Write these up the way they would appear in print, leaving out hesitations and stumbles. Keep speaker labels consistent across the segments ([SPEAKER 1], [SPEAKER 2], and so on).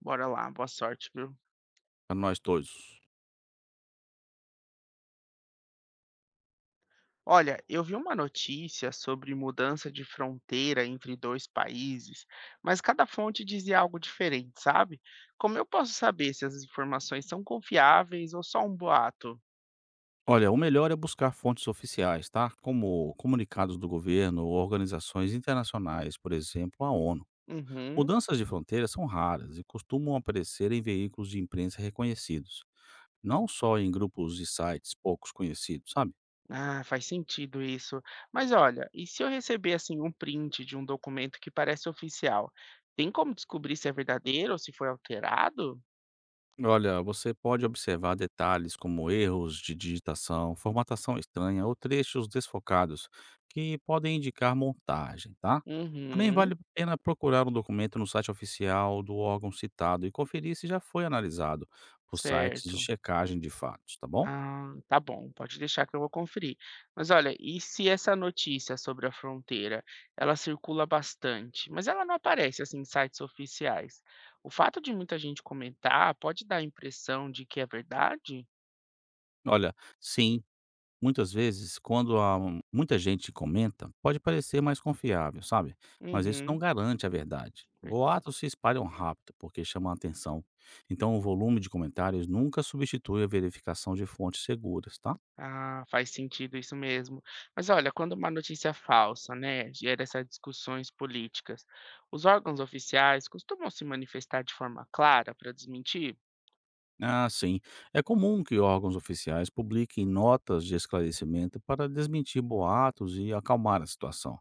[SPEAKER 1] Bora lá, boa sorte, viu?
[SPEAKER 2] A nós todos.
[SPEAKER 1] Olha, eu vi uma notícia sobre mudança de fronteira entre dois países, mas cada fonte dizia algo diferente, sabe? Como eu posso saber se as informações são confiáveis ou só um boato?
[SPEAKER 2] Olha, o melhor é buscar fontes oficiais, tá? Como comunicados do governo ou organizações internacionais, por exemplo, a ONU.
[SPEAKER 1] Uhum.
[SPEAKER 2] Mudanças de fronteiras são raras e costumam aparecer em veículos de imprensa reconhecidos, não só em grupos e sites poucos conhecidos, sabe?
[SPEAKER 1] Ah, faz sentido isso. Mas olha, e se eu receber assim um print de um documento que parece oficial, tem como descobrir se é verdadeiro ou se foi alterado?
[SPEAKER 2] Olha, você pode observar detalhes como erros de digitação, formatação estranha ou trechos desfocados que podem indicar montagem, tá? Também
[SPEAKER 1] Uhum,
[SPEAKER 2] vale a pena procurar um documento no site oficial do órgão citado e conferir se já foi analisado por sites de
[SPEAKER 1] certo.
[SPEAKER 2] checagem de fatos, tá bom?
[SPEAKER 1] Ah, tá bom, pode deixar que eu vou conferir. Mas olha, e se essa notícia sobre a fronteira, ela circula bastante, mas ela não aparece assim em sites oficiais. O fato de muita gente comentar pode dar a impressão de que é verdade?
[SPEAKER 2] Olha, sim, muitas vezes, quando muita gente comenta, pode parecer mais confiável, sabe? Mas isso não
[SPEAKER 1] Uhum.
[SPEAKER 2] garante a verdade.
[SPEAKER 1] per-
[SPEAKER 2] Boatos se espalham rápido porque chamam a atenção. Então, o volume de comentários nunca substitui a verificação de fontes seguras, tá?
[SPEAKER 1] Ah, faz sentido isso mesmo. Mas olha, quando uma notícia falsa, né, gera essas discussões políticas, os órgãos oficiais costumam se manifestar de forma clara para desmentir?
[SPEAKER 2] Ah, sim. É comum que órgãos oficiais publiquem notas de esclarecimento para desmentir boatos e acalmar a situação.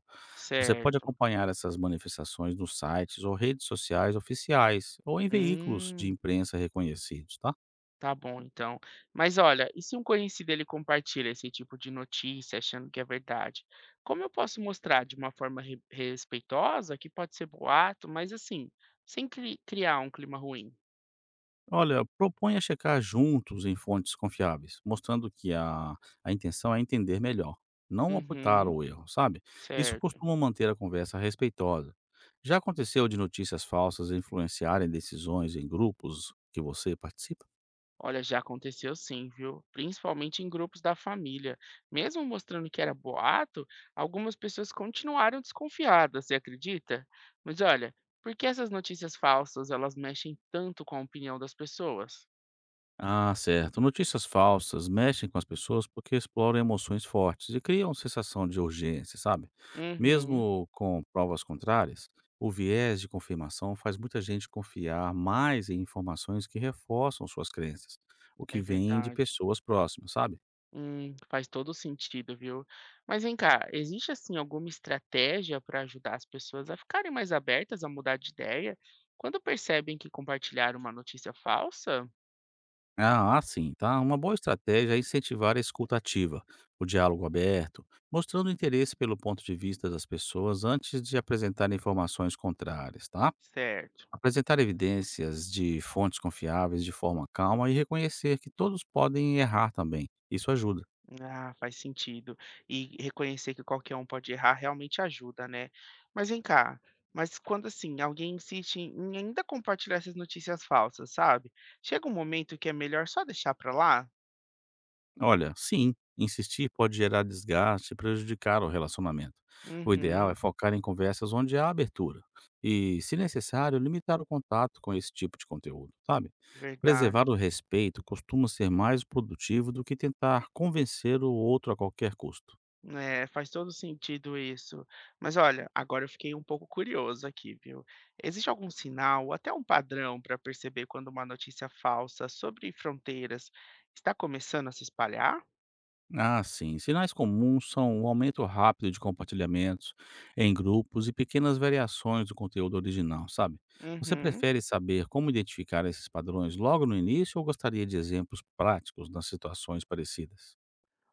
[SPEAKER 2] Você pode
[SPEAKER 1] Certo.
[SPEAKER 2] acompanhar essas manifestações nos sites ou redes sociais oficiais ou em veículos de
[SPEAKER 1] Hum.
[SPEAKER 2] imprensa reconhecidos, tá?
[SPEAKER 1] Tá bom, então. Mas olha, e se um conhecido ele compartilha esse tipo de notícia achando que é verdade? Como eu posso mostrar de uma forma respeitosa, que pode ser boato, mas assim, sem criar um clima ruim?
[SPEAKER 2] Olha, proponha checar juntos em fontes confiáveis, mostrando que a intenção é entender melhor, não apontar
[SPEAKER 1] Uhum,
[SPEAKER 2] o erro, sabe? Isso
[SPEAKER 1] certo.
[SPEAKER 2] costuma manter a conversa respeitosa. Já aconteceu de notícias falsas influenciarem decisões em grupos que você participa?
[SPEAKER 1] Olha, já aconteceu sim, viu? Principalmente em grupos da família. Mesmo mostrando que era boato, algumas pessoas continuaram desconfiadas, você acredita? Mas olha, por que essas notícias falsas, elas mexem tanto com a opinião das pessoas?
[SPEAKER 2] Ah, certo. Notícias falsas mexem com as pessoas porque exploram emoções fortes e criam sensação de urgência, sabe?
[SPEAKER 1] Uhum,
[SPEAKER 2] Mesmo com provas contrárias, o viés de confirmação faz muita gente confiar mais em informações que reforçam suas crenças, o
[SPEAKER 1] é
[SPEAKER 2] que vem de
[SPEAKER 1] verdade.
[SPEAKER 2] pessoas próximas, sabe?
[SPEAKER 1] Faz todo sentido, viu. Mas vem cá, existe, assim, alguma estratégia para ajudar as pessoas a ficarem mais abertas a mudar de ideia quando percebem que compartilharam uma notícia falsa?
[SPEAKER 2] Ah, sim, tá? Uma boa estratégia é incentivar a escuta ativa, o diálogo aberto, mostrando interesse pelo ponto de vista das pessoas antes de apresentar informações contrárias, tá?
[SPEAKER 1] Certo.
[SPEAKER 2] Apresentar evidências de fontes confiáveis de forma calma e reconhecer que todos podem errar também. Isso ajuda.
[SPEAKER 1] Ah, faz sentido. E reconhecer que qualquer um pode errar realmente ajuda, né. Mas vem cá, mas quando, assim, alguém insiste em ainda compartilhar essas notícias falsas, sabe, chega um momento que é melhor só deixar pra lá?
[SPEAKER 2] Olha, sim, insistir pode gerar desgaste e prejudicar o relacionamento. O ideal é
[SPEAKER 1] Uhum,
[SPEAKER 2] focar em conversas onde há abertura e, se necessário, limitar o contato com esse tipo de conteúdo, sabe?
[SPEAKER 1] verdade.
[SPEAKER 2] Preservar o respeito costuma ser mais produtivo do que tentar convencer o outro a qualquer custo.
[SPEAKER 1] É, faz todo sentido isso. Mas olha, agora eu fiquei um pouco curioso aqui, viu? Existe algum sinal, ou até um padrão, para perceber quando uma notícia falsa sobre fronteiras está começando a se espalhar?
[SPEAKER 2] Ah, sim. Sinais comuns são o aumento rápido de compartilhamentos em grupos e pequenas variações do conteúdo original, sabe? Você
[SPEAKER 1] Uhum.
[SPEAKER 2] prefere saber como identificar esses padrões logo no início ou gostaria de exemplos práticos nas situações parecidas?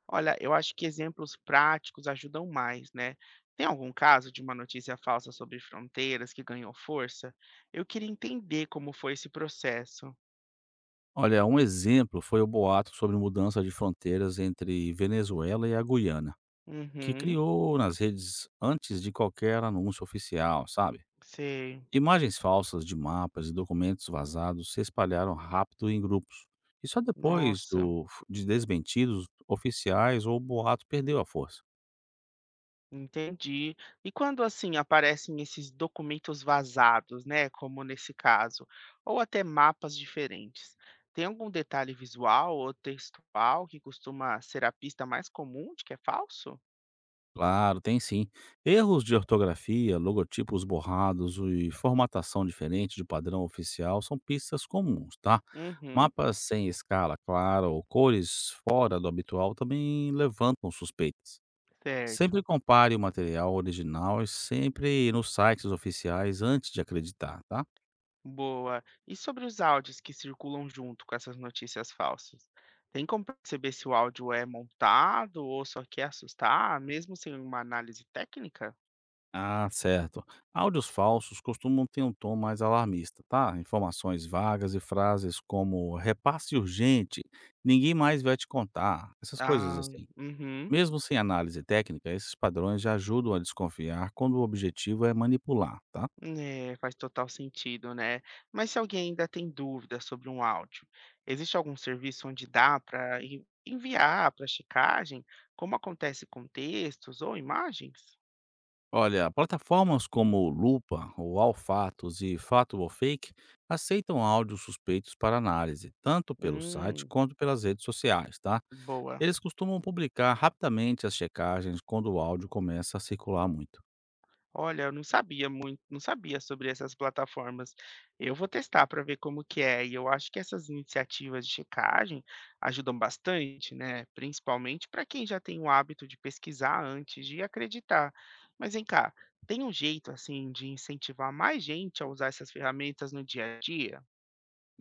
[SPEAKER 1] Olha, eu acho que exemplos práticos ajudam mais, né? Tem algum caso de uma notícia falsa sobre fronteiras que ganhou força? Eu queria entender como foi esse processo.
[SPEAKER 2] Olha, um exemplo foi o boato sobre mudança de fronteiras entre Venezuela e a Guiana, que
[SPEAKER 1] Uhum,
[SPEAKER 2] criou nas redes antes de qualquer anúncio oficial, sabe?
[SPEAKER 1] sei.
[SPEAKER 2] Imagens falsas de mapas e documentos vazados se espalharam rápido em grupos, e só depois
[SPEAKER 1] Nossa.
[SPEAKER 2] de desmentidos oficiais ou o boato perdeu a força.
[SPEAKER 1] Entendi. E quando assim aparecem esses documentos vazados, né, como nesse caso, ou até mapas diferentes, tem algum detalhe visual ou textual que costuma ser a pista mais comum de que é falso?
[SPEAKER 2] Claro, tem sim. Erros de ortografia, logotipos borrados e formatação diferente do padrão oficial são pistas comuns, tá?
[SPEAKER 1] Uhum,
[SPEAKER 2] Mapas sem escala clara ou cores fora do habitual também levantam suspeitas. Sempre
[SPEAKER 1] certo.
[SPEAKER 2] compare o material original e sempre nos sites oficiais antes de acreditar, tá?
[SPEAKER 1] Boa. E sobre os áudios que circulam junto com essas notícias falsas? Tem como perceber se o áudio é montado ou só quer assustar, mesmo sem uma análise técnica?
[SPEAKER 2] Ah, certo. Áudios falsos costumam ter um tom mais alarmista, tá? Informações vagas e frases como repasse urgente, ninguém mais vai te contar, essas coisas
[SPEAKER 1] Ah,
[SPEAKER 2] assim.
[SPEAKER 1] uhum.
[SPEAKER 2] Mesmo sem análise técnica, esses padrões já ajudam a desconfiar quando o objetivo é manipular, tá?
[SPEAKER 1] É, faz total sentido, né? Mas se alguém ainda tem dúvidas sobre um áudio, existe algum serviço onde dá para enviar para checagem, como acontece com textos ou imagens?
[SPEAKER 2] Olha, plataformas como Lupa, ou Alfatos e Fato ou Fake aceitam áudios suspeitos para análise, tanto pelo site
[SPEAKER 1] Hum,
[SPEAKER 2] quanto pelas redes sociais, tá?
[SPEAKER 1] boa.
[SPEAKER 2] Eles costumam publicar rapidamente as checagens quando o áudio começa a circular muito.
[SPEAKER 1] Olha, eu não sabia muito não sabia sobre essas plataformas. Eu vou testar para ver como que é, e eu acho que essas iniciativas de checagem ajudam bastante, né, principalmente para quem já tem o hábito de pesquisar antes de acreditar. Mas vem cá, tem um jeito assim de incentivar mais gente a usar essas ferramentas no dia a dia?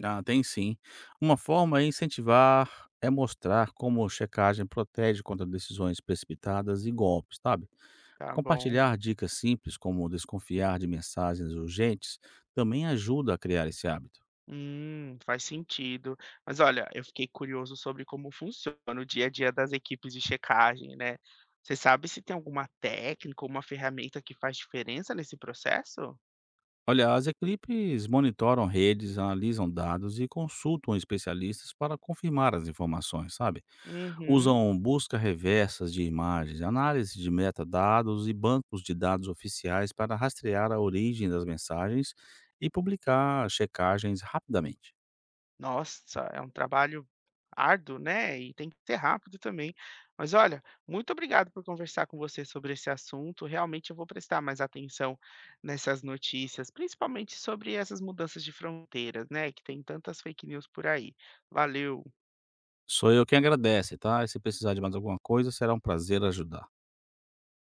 [SPEAKER 2] Ah, tem sim. Uma forma é incentivar é mostrar como a checagem protege contra decisões precipitadas e golpes, sabe?
[SPEAKER 1] Tá bom.
[SPEAKER 2] Compartilhar dicas simples, como desconfiar de mensagens urgentes, também ajuda a criar esse hábito.
[SPEAKER 1] Faz sentido. Mas olha, eu fiquei curioso sobre como funciona o dia a dia das equipes de checagem, né? Você sabe se tem alguma técnica ou uma ferramenta que faz diferença nesse processo?
[SPEAKER 2] Olha, as equipes monitoram redes, analisam dados e consultam especialistas para confirmar as informações, sabe?
[SPEAKER 1] Uhum.
[SPEAKER 2] Usam busca reversas de imagens, análise de metadados e bancos de dados oficiais para rastrear a origem das mensagens e publicar checagens rapidamente.
[SPEAKER 1] Nossa, é um trabalho árduo, né? E tem que ser rápido também. Mas olha, muito obrigado por conversar com você sobre esse assunto. Realmente eu vou prestar mais atenção nessas notícias, principalmente sobre essas mudanças de fronteiras, né? Que tem tantas fake news por aí. Valeu!
[SPEAKER 2] Sou eu quem agradece, tá? E se precisar de mais alguma coisa, será um prazer ajudar.